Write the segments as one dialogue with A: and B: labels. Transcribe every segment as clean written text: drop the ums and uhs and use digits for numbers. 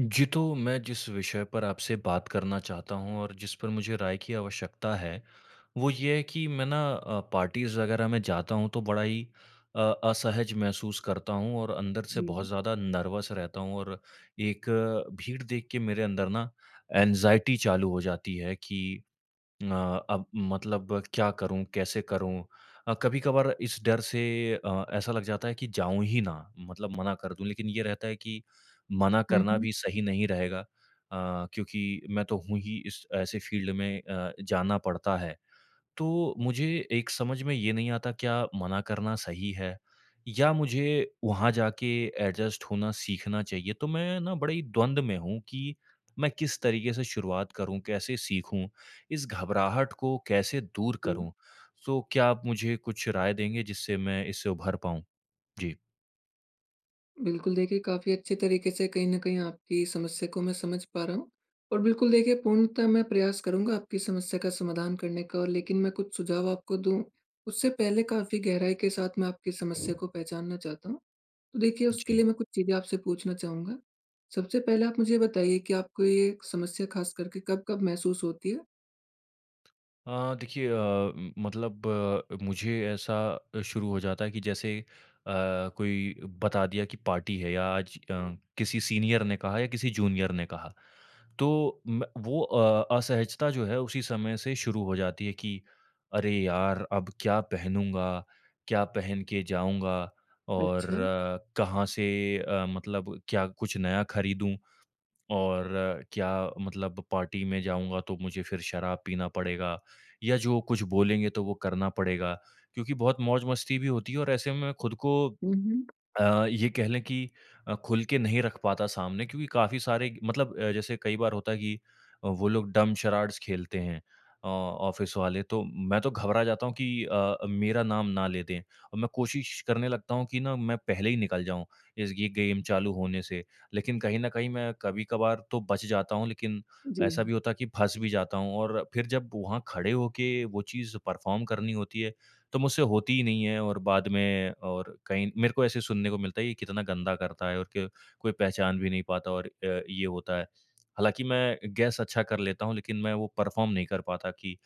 A: जी, तो मैं जिस विषय पर आपसे बात करना चाहता हूँ और जिस पर मुझे राय की आवश्यकता है, वो ये है कि मैं ना पार्टीज़ वगैरह में जाता हूँ तो बड़ा ही असहज महसूस करता हूँ और अंदर से
B: जी।
A: बहुत ज़्यादा नर्वस रहता हूँ और एक भीड़ देख के मेरे अंदर ना एंग्ज़ायटी चालू हो जाती है कि अ, अब मतलब क्या करूँ, कैसे करूँ? कभी-कभार इस डर से ऐसा लग जाता है कि जाऊँ ही ना, मतलब मना कर दूँ, लेकिन ये रहता है कि मना
B: हुँ,
A: करना
B: हुँ।
A: भी सही नहीं रहेगा, क्योंकि मैं तो हूँ ही इस ऐसे फ़ील्ड में, जाना पड़ता है। तो मुझे एक समझ में ये नहीं आता क्या मना करना सही है या मुझे वहाँ जाके एडजस्ट होना सीखना चाहिए। तो मैं ना बड़े ही द्वंद में हूँ कि मैं किस तरीके से शुरुआत करूँ, कैसे सीखूँ, इस घबराहट को कैसे दूर
B: जी,
A: करूँ? तो क्या आप मुझे कुछ राय देंगे जिससे मैं इससे उभर पाऊँ? जी।
B: बिल्कुल देखिए काफ़ी अच्छे तरीके से कहीं न कहीं आपकी समस्या को मैं समझ पा रहा हूँ। और बिल्कुल देखिए पूर्णतः मैं प्रयास करूँगा आपकी समस्या का समाधान करने का, और लेकिन मैं कुछ सुझाव आपको दूँ, उससे पहले काफ़ी गहराई के साथ मैं आपकी समस्या को पहचानना चाहता हूँ। तो देखिए उसके
A: जी।
B: लिए मैं कुछ चीज़ें आपसे पूछना चाहूँगा। सबसे पहले आप मुझे बताइए कि आपको ये समस्या ख़ास करके कब-कब महसूस होती है?
A: देखिए, मतलब मुझे ऐसा शुरू हो जाता है कि जैसे अ, कोई बता दिया कि पार्टी है या आज, किसी सीनियर ने कहा या किसी जूनियर ने कहा तो वो असहजता जो है उसी समय से शुरू हो जाती है कि अरे यार, अब क्या पहनूंगा, क्या पहन के जाऊंगा और
B: अच्छा।
A: अ, कहाँ से, मतलब क्या कुछ नया खरीदूं और क्या, मतलब पार्टी में जाऊँगा तो मुझे फिर शराब पीना पड़ेगा या जो कुछ बोलेंगे तो वो करना पड़ेगा क्योंकि बहुत मौज-मस्ती भी होती है और ऐसे में मैं खुद को
B: हुँ, हुँ।
A: अ, ये कह लें कि, खुल के नहीं रख पाता सामने क्योंकि काफ़ी सारे मतलब, जैसे कई बार होता है कि, वो लोग डम्ब शराड्स खेलते हैं, ऑफ़िस वाले, तो मैं तो घबरा जाता हूँ कि, मेरा नाम ना ले दें और मैं कोशिश करने लगता हूँ कि ना मैं पहले ही निकल जाऊँ, इस ये गेम चालू होने से। लेकिन कहीं न कहीं मैं कभी-कभार तो बच जाता हूँ, लेकिन
B: जी।
A: ऐसा भी होता है कि फँस भी जाता हूँ और फिर जब वहाँ खड़े होके वो चीज़ परफ़ॉर्म करनी होती है, तो मुझसे होती ही नहीं है और बाद में और कहीं मेरे को ऐसे सुनने को मिलता है ये कितना गंदा करता है, और कि कोई पहचान भी नहीं पाता और, ये होता है। हालाँकि मैं गेस अच्छा कर लेता हूँ लेकिन मैं वो परफ़ॉर्म नहीं कर पाता कि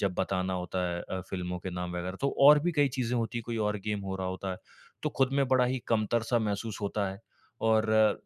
A: जब बताना होता है, फ़िल्मों के नाम वग़ैरह, तो और भी कई चीज़ें होती हैं, कोई और गेम हो रहा होता है, तो खुद में बड़ा ही कमतर-सा महसूस होता है और,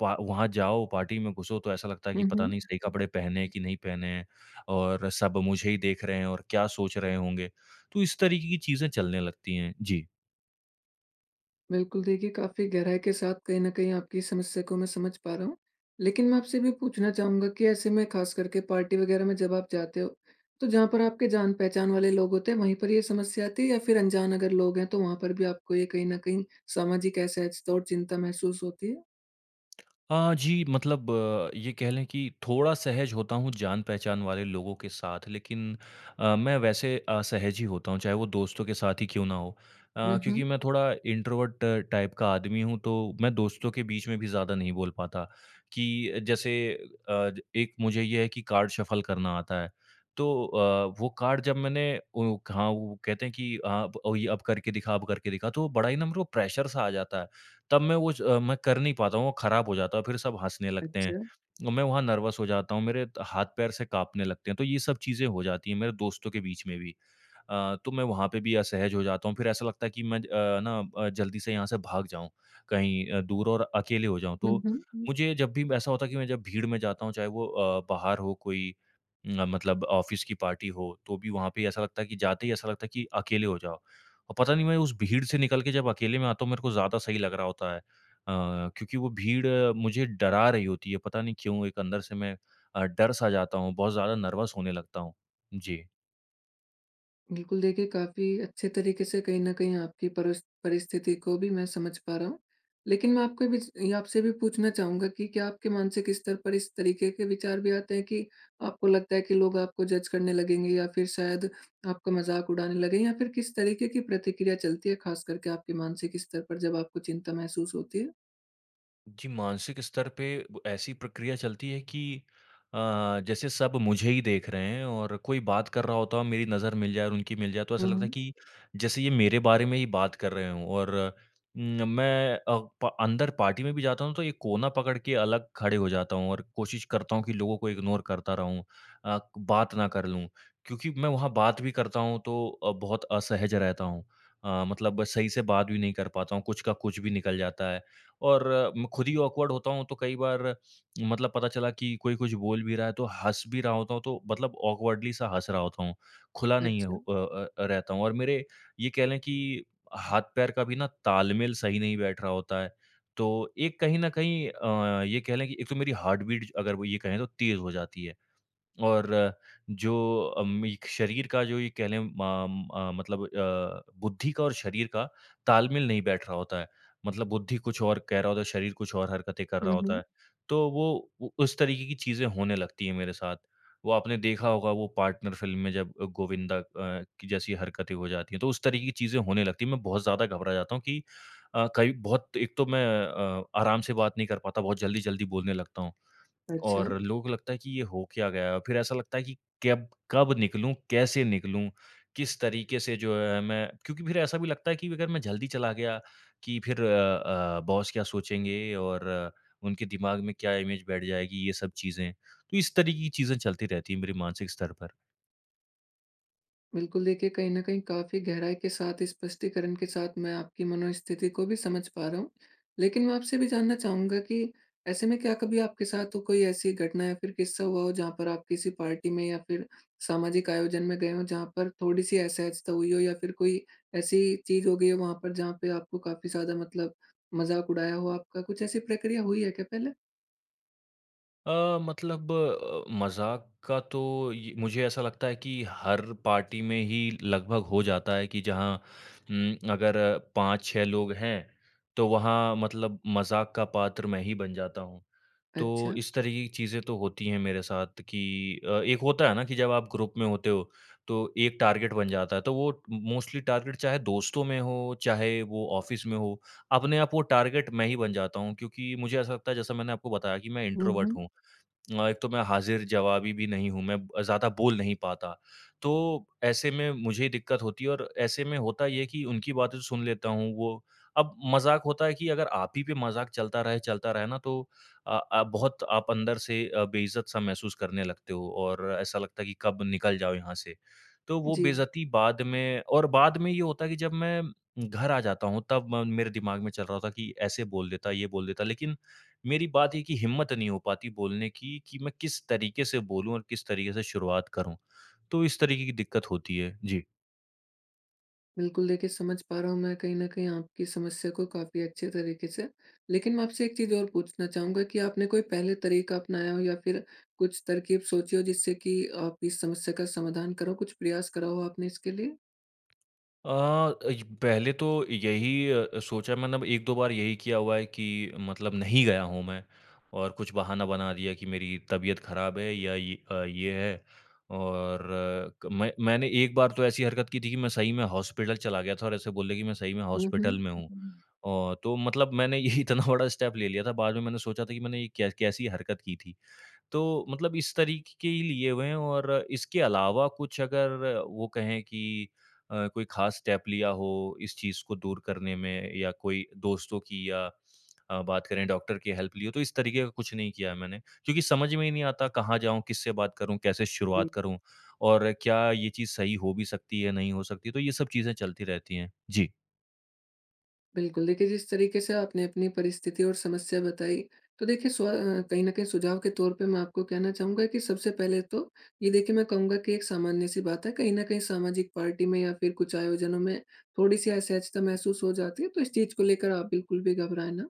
A: पा वहाँ जाओ पार्टी में घुसो तो ऐसा लगता है
B: हुँ,
A: कि पता
B: हुँ।
A: नहीं सही कपड़े पहने हैं कि नहीं पहने हैं और सब मुझे ही देख रहे हैं और क्या सोच रहे होंगे। तो इस तरीके की चीज़ें चलने लगती हैं। जी।
B: बिल्कुल, देखिए काफ़ी गहराई के साथ कहीं न कहीं आपकी समस्या को मैं समझ पा रहा हूँ। लेकिन मैं आपसे भी पूछना चाहूँगा कि ऐसे में ख़ास करके पार्टी वग़ैरह में जब आप जाते हो, तो जहाँ पर आपके जान-पहचान वाले लोग होते हैं, वहीं पर ये समस्या आती है, या फिर अनजान अगर लोग हैं, तो वहाँ पर भी आपको ये कहीं न कहीं सामाजिक असहजता और चिंता महसूस होती है?
A: जी, मतलब आ, ये कह लें कि थोड़ा सहज होता हूँ जान-पहचान वाले लोगों के साथ, लेकिन, मैं वैसे असहज ही होता हूँ, चाहे वो दोस्तों के साथ ही क्यों ना हो।
B: हुँ,
A: क्योंकि
B: हुँ।
A: मैं थोड़ा इंट्रोवर्ट टाइप का आदमी हूँ, तो मैं दोस्तों के बीच में भी ज़्यादा नहीं बोल पाता, कि जैसे, एक मुझे ये है कि कार्ड शफ़ल करना आता है। तो, वो कार्ड जब मैंने, ओ हाँ, वो कहते हैं कि, अब, ये अब करके दिखा, तो बड़ा ही ना मेरे को प्रेशर सा आ जाता है। तब मैं वो मैं कर नहीं पाता हूँ, वो खराब हो जाता है, फिर सब हँसने लगते हैं।
B: अच्छा।
A: और मैं वहाँ नर्वस हो जाता हूँ, मेरे हाथ-पैर से काँपने लगते हैं, तो ये सब चीज़ें हो जाती हैं मेरे दोस्तों के बीच में भी। तो मैं वहाँ पे भी असहज हो जाता हूँ, फिर ऐसा लगता है कि मैं ना, जल्दी से यहाँ से भाग जाऊँ, कहीं, दूर और अकेले हो जाऊँ।
B: हुँ,
A: तो
B: हुँ।
A: मुझे जब भी ऐसा होता है कि मैं जब भीड़ में जाता हूँ, चाहे वो, बाहर हो कोई, मतलब ऑफ़िस की पार्टी हो, तो भी वहाँ पे ऐसा लगता है कि जाते ही ऐसा लगता है कि अकेले हो जाओ। और पता नहीं मैं उस भीड़ से निकल के जब अकेले में आता हूँ मेरे को ज़्यादा सही लग रहा होता है, क्योंकि वो भीड़, मुझे डरा रही होती है, पता नहीं क्यों, एक अंदर से मैं, डर सा जाता हूँ, बहुत ज़्यादा नर्वस होने लगता हूँ। जी।
B: बिल्कुल, देखिए काफ़ी अच्छे तरीके से कहीं न कहीं आपकी परस परिस्थिति को भी मैं समझ पा रहा हूँ। लेकिन मैं आपको भी ज आपसे भी पूछना चाहूँगा कि क्या आपके मानसिक स्तर पर इस तरीके के विचार भी आते हैं कि आपको लगता है कि लोग आपको जज करने लगेंगे, या फिर शायद आपका मज़ाक उड़ाने लगें, या फिर किस तरीके की प्रतिक्रिया चलती है ख़ास करके आपके मानसिक स्तर पर जब आपको चिंता महसूस होती है?
A: जी, मानसिक स्तर पे ब ऐसी प्रक्रिया चलती है कि, जैसे सब मुझे ही देख रहे हैं और कोई बात कर रहा होता है और मेरी नज़र मिल जाए और उनकी मिल जाए, तो ऐसा
B: हुँ,
A: लगता है
B: हुँ।
A: कि जैसे ये मेरे बारे में ही बात कर रहे हों। और मैं, प अंदर पार्टी में भी जाता हूँ, तो ये कोना पकड़ के अलग खड़े हो जाता हूँ और कोशिश करता हूँ कि लोगों को इग्नोर करता रहूँ, बात ना कर लूँ। क्योंकि मैं वहाँ बात भी करता हूँ तो, बहुत असहज रहता हूँ। मतलब सही से बात भी नहीं कर पाता हूँ, कुछ का कुछ भी निकल जाता है। और मैं खुद ही ऑकवर्ड होता हूँ तो कई बार, मतलब पता चला कि कोई कुछ बोल भी रहा है तो हँस भी रहा होता हूँ, तो मतलब ऑकवर्डली सा हँस रहा होता हूँ, खुला नहीं हो
B: अच्छा।
A: रहता हूँ, और मेरे ये कह लें कि हाथ पैर का भी ना तालमेल सही नहीं बैठ रहा होता है। तो एक कहीं न कहीं, ये कह लें कि एक तो मेरी हार्ट बीट, अगर वो ये कहें, तो तेज़ हो जाती है। और जो एक शरीर का जो ये कह लें, मतलब, बुद्धि का और शरीर का तालमेल नहीं बैठ रहा होता है। मतलब बुद्धि कुछ और कह रहा होता है, शरीर कुछ और हरकतें कर
B: हुँ,
A: रहा होता
B: हुँ।
A: है। तो वो उ उस तरीके की चीज़ें होने लगती हैं मेरे साथ। वो आपने देखा होगा वो पार्टनर फ़िल्म में जब गोविंदा की जैसी हरकतें हो जाती हैं, तो उस तरीके की चीज़ें होने लगती हैं। मैं बहुत ज़्यादा घबरा जाता हूँ कि, कई बहुत, एक तो मैं, आराम से बात नहीं कर पाता, बहुत जल्दी-जल्दी बोलने लगता हूँ।
B: अच्छा।
A: और लोग, लगता है कि ये हो क्या गया? फिर ऐसा लगता है कि कब कब निकलूँ, कैसे निकलूँ, किस तरीके से जो है मैं, क्योंकि फिर ऐसा भी लगता है कि अगर मैं जल्दी चला गया, कि फिर बॉस क्या सोचेंगे और, उनके दिमाग में क्या इमेज बैठ जाएगी, ये सब चीज़ें। तो इस तरीके की चीज़ें चलती रहती हैं मेरे मानसिक स्तर पर।
B: बिल्कुल, देखिए कहीं न कहीं काफ़ी गहराई के साथ, स्पष्टीकरण के साथ मैं आपकी मनोस्थिति को भी समझ पा रहा हूँ। लेकिन मैं आपसे भी जानना चाहूँगा कि ऐसे में क्या कभी आपके साथ तो कोई ऐसी घटना या फिर किस्सा हुआ हो, जहाँ पर आप किसी पार्टी में या फिर सामाजिक आयोजन में गए हों, जहाँ पर थोड़ी-सी असहजता हुई हो, या फिर कोई ऐसी चीज़ हो गई हो वहाँ पर, जहाँ पे आपको काफ़ी ज़्यादा मतलब मज़ाक उड़ाया हो आपका? कुछ ऐसी प्रक्रिया हुई है क्या पहले?
A: मतलब, मज़ाक का तो ये मुझे ऐसा लगता है कि हर पार्टी में ही लगभग हो जाता है कि जहाँ अगर 5-6 लोग हैं, तो वहाँ मतलब मज़ाक का पात्र मैं ही बन जाता हूँ। तो
B: अच्छा।
A: इस तरीके की चीज़ें तो होती हैं मेरे साथ कि, एक होता है ना कि जब आप ग्रुप में होते हो, तो एक टारगेट बन जाता है, तो वो मोस्टली टारगेट चाहे दोस्तों में हो, चाहे वो ऑफ़िस में हो, अपने आप वो टारगेट मैं ही बन जाता हूँ, क्योंकि मुझे ऐसा लगता है जैसा मैंने आपको बताया कि मैं
B: हुँ,
A: इंट्रोवर्ट
B: हुँ।
A: हूँ। एक तो मैं हाज़िर-जवाबी भी नहीं हूँ, मैं ज़्यादा बोल नहीं पाता। तो ऐसे में मुझे ही दिक्कत होती है, और ऐसे में होता ये है कि उनकी बातें तो सुन लेता हूँ, वो अब मज़ाक होता है कि अगर आप ही पे मज़ाक चलता रहे ना, तो बहुत आप अंदर से, बेइज़्ज़त-सा महसूस करने लगते हो और ऐसा लगता है कि कब निकल जाओ यहाँ से। तो वो
B: जी।
A: बेइज़्ज़ती बाद में और बाद में ये होता है कि जब मैं घर आ जाता हूँ, तब म मेरे दिमाग में चल रहा होता है कि ऐसे बोल देता, ये बोल देता, लेकिन मेरी बात है कि हिम्मत नहीं हो पाती बोलने की, कि मैं किस तरीके से बोलूँ और किस तरीके से शुरुआत करूँ। तो इस तरीके की दिक्कत होती है। जी।
B: बिल्कुल, देखिए समझ पा रहा हूँ मैं कहीं न कहीं आपकी समस्या को काफ़ी अच्छे तरीके से। लेकिन मैं आपसे एक चीज़ और पूछना चाहूँगा कि आपने कोई पहले तरीका अपनाया हो, या फिर कुछ तरकीब सोची हो जिससे कि आप इस समस्या का समाधान करो, कुछ प्रयास करा हो आपने इसके लिए?
A: इ पहले तो यही, सोचा मैंने अब 1-2 बार यही किया हुआ है कि, मतलब नहीं गया हूँ मैं और कुछ बहाना बना दिया कि मेरी तबीयत ख़राब है या ये, ये है। और आ, क मैं मैंने एक बार तो ऐसी हरकत की थी कि मैं सही में हॉस्पिटल चला गया था और ऐसे बोल दिया कि मैं सही में
B: हुँ, हुँ।
A: हॉस्पिटल में हूँ।
B: हुँ,
A: ओह! तो मतलब मैंने ये इतना बड़ा स्टेप ले लिया था, बाद में मैंने सोचा था कि मैंने ये कै कैसी हरकत की थी। तो मतलब इस तरीके के ही लिए हुए हैं, और इसके अलावा कुछ अगर वो कहें कि, कोई ख़ास स्टेप लिया हो इस चीज़ को दूर करने में, या कोई दोस्तों की या, बात करें डॉक्टर की हेल्प ली हो, तो इस तरीके का कुछ नहीं किया है मैंने। क्योंकि समझ में ही नहीं आता कहाँ जाऊँ, किससे बात करूँ, कैसे
B: जी।
A: शुरुआत करूँ, और क्या ये चीज़ सही हो भी सकती है, नहीं हो सकती, तो ये सब चीज़ें चलती रहती हैं। जी।
B: बिल्कुल, देखिए जिस तरीके से आपने अपनी परिस्थिति और समस्या बताई, तो देखिए कहीं न कहीं सुझाव के तौर पे मैं आपको कहना चाहूँगा कि सबसे पहले तो ये देखिए, मैं कहूँगा कि एक सामान्य-सी बात है, कहीं न कहीं सामाजिक पार्टी में या फिर कुछ आयोजनों में थोड़ी-सी असहजता महसूस हो जाती है, तो इस चीज़ को लेकर आप बिल्कुल भी घबराएँ ना।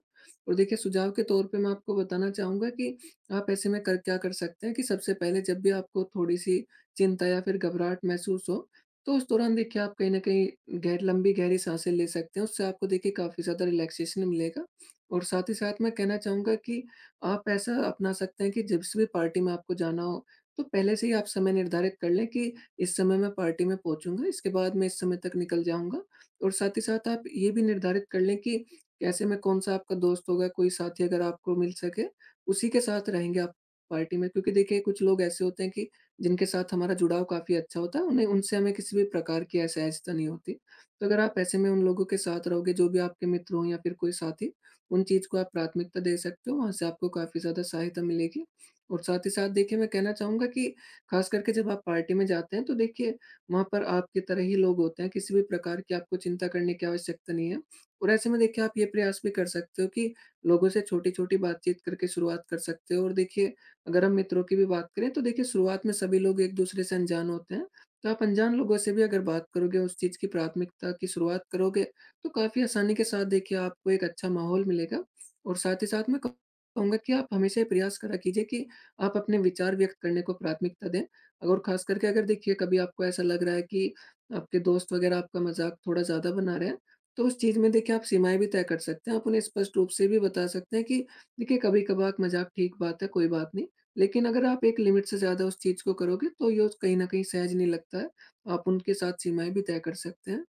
B: और देखिए सुझाव के तौर पे मैं आपको बताना चाहूँगा कि आप ऐसे में कर क्या कर सकते हैं कि सबसे पहले जब भी आपको थोड़ी-सी चिंता या फिर घबराहट महसूस हो, तो उस दौरान देखिए आप कहीं न कहीं गहर लंबी गहरी साँसें ले सकते हैं, उससे आपको देखिए काफ़ी ज़्यादा रिलैक्सेशन मिलेगा। और साथ ही साथ मैं कहना चाहूँगा कि आप ऐसा अपना सकते हैं कि जिस भी पार्टी में आपको जाना हो, तो पहले से ही आप समय निर्धारित कर लें कि इस समय मैं पार्टी में पहुँचूँगा, इसके बाद मैं इस समय तक निकल जाऊँगा। और साथ ही साथ आप ये भी निर्धारित कर लें कि कैसे में कौन-सा आपका दोस्त होगा, कोई साथी अगर आपको मिल सके, उसी के साथ रहेंगे आप पार्टी में, क्योंकि देखिए कुछ लोग ऐसे होते हैं कि जिनके साथ हमारा जुड़ाव काफ़ी अच्छा होता है, उन्हें उनसे हमें किसी भी प्रकार की असहजता नहीं होती। तो अगर आप ऐसे में उन लोगों के साथ रहोगे, जो भी आपके मित्र हों या फिर कोई साथी, उन चीज़ को आप प्राथमिकता दे सकते हो, वहाँ से आपको काफ़ी ज़्यादा सहायता मिलेगी। और साथ ही साथ देखिए, मैं कहना चाहूँगा कि ख़ास करके जब आप पार्टी में जाते हैं, तो देखिए वहाँ पर आपकी तरह ही लोग होते हैं, किसी भी प्रकार की आपको चिंता करने की आवश्यकता नहीं है। और ऐसे में देखिए आप ये प्रयास भी कर सकते हो कि लोगों से छोटी-छोटी बातचीत करके शुरुआत कर सकते हो। और देखिए, अगर हम मित्रों की भी बात करें, तो देखिए शुरुआत में सभी लोग एक दूसरे से अनजान होते हैं, तो आप अनजान लोगों से भी अगर बात करोगे, उस चीज़ की प्राथमिकता की शुरुआत करोगे, तो काफ़ी आसानी के साथ देखिए आपको एक अच्छा माहौल मिलेगा। और साथ ही साथ मैं कहूँगा कि आप हमेशा ये प्रयास करा कीजिए कि आप अपने विचार व्यक्त करने को प्राथमिकता दें। और ख़ास करके अगर देखिए कभी आपको ऐसा लग रहा है कि आपके दोस्त वग़ैरह आपका मज़ाक थोड़ा ज़्यादा बना रहे हैं, तो उस चीज़ में देखिए आप सीमाएँ भी तय कर सकते हैं। आप उन्हें स्पष्ट रूप से भी बता सकते हैं कि देखिए, कभी-कभार मज़ाक ठीक बात है, कोई बात नहीं। लेकिन अगर आप एक लिमिट से ज़्यादा उस चीज़ को करोगे, तो ये उस कहीं न कहीं सहज नहीं लगता है। आप उनके साथ सीमाएँ भी तय कर सकते हैं।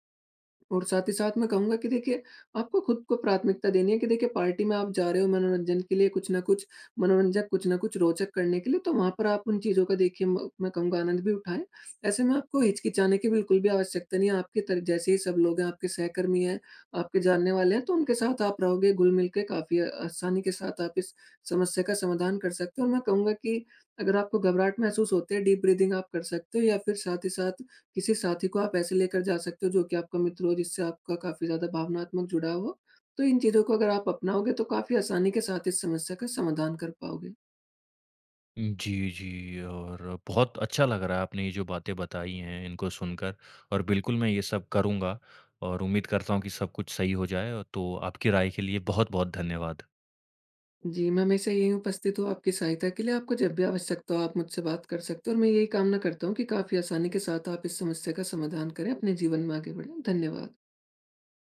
B: और साथ ही साथ मैं कहूँगा कि देखिए, आपको खुद को प्राथमिकता देनी है कि देखिए, पार्टी में आप जा रहे हो मनोरंजन के लिए, कुछ न कुछ मनोरंजक, कुछ न कुछ रोचक करने के लिए, तो वहाँ पर आप उन चीज़ों का देखिए म मैं कहूँगा आनंद भी उठाएँ। ऐसे में आपको हिचकिचाने की बिल्कुल भी आवश्यकता नहीं है, आपके तर जैसे ही सब लोग हैं, आपके सहकर्मी हैं, आपके जानने वाले हैं, तो उनके साथ आप रहोगे घुल-मिल के, काफ़ी आसानी के साथ आप इस समस्या का समाधान कर सकते हो। और मैं कहूँगा कि अगर आपको घबराहट महसूस होती है, डीप ब्रीथिंग आप कर सकते हो, या फिर साथ ही साथ किसी साथी को आप ऐसे लेकर जा सकते हो जो कि आपका मित्र हो, जिससे आपका काफ़ी ज़्यादा भावनात्मक जुड़ाव हो। तो इन चीज़ों को अगर आप अपनाओगे, तो काफ़ी आसानी के साथ इस समस्या का समाधान कर पाओगे।
A: जी, जी। और बहुत अच्छा लग रहा है आपने ये जो बातें बताई हैं इनको सुनकर, और बिल्कुल मैं ये सब करूँगा और उम्मीद करता हूँ कि सब कुछ सही हो जाए। तो आपकी राय के लिए बहुत-बहुत धन्यवाद।
B: जी, मैं हमेशा यहीं उपस्थित हूँ आपकी सहायता के लिए, आपको जब भी आवश्यकता हो आप मुझसे बात कर सकते हो, और मैं यही कामना करता हूँ कि काफ़ी आसानी के साथ आप इस समस्या का समाधान करें, अपने जीवन में आगे बढ़ें। धन्यवाद।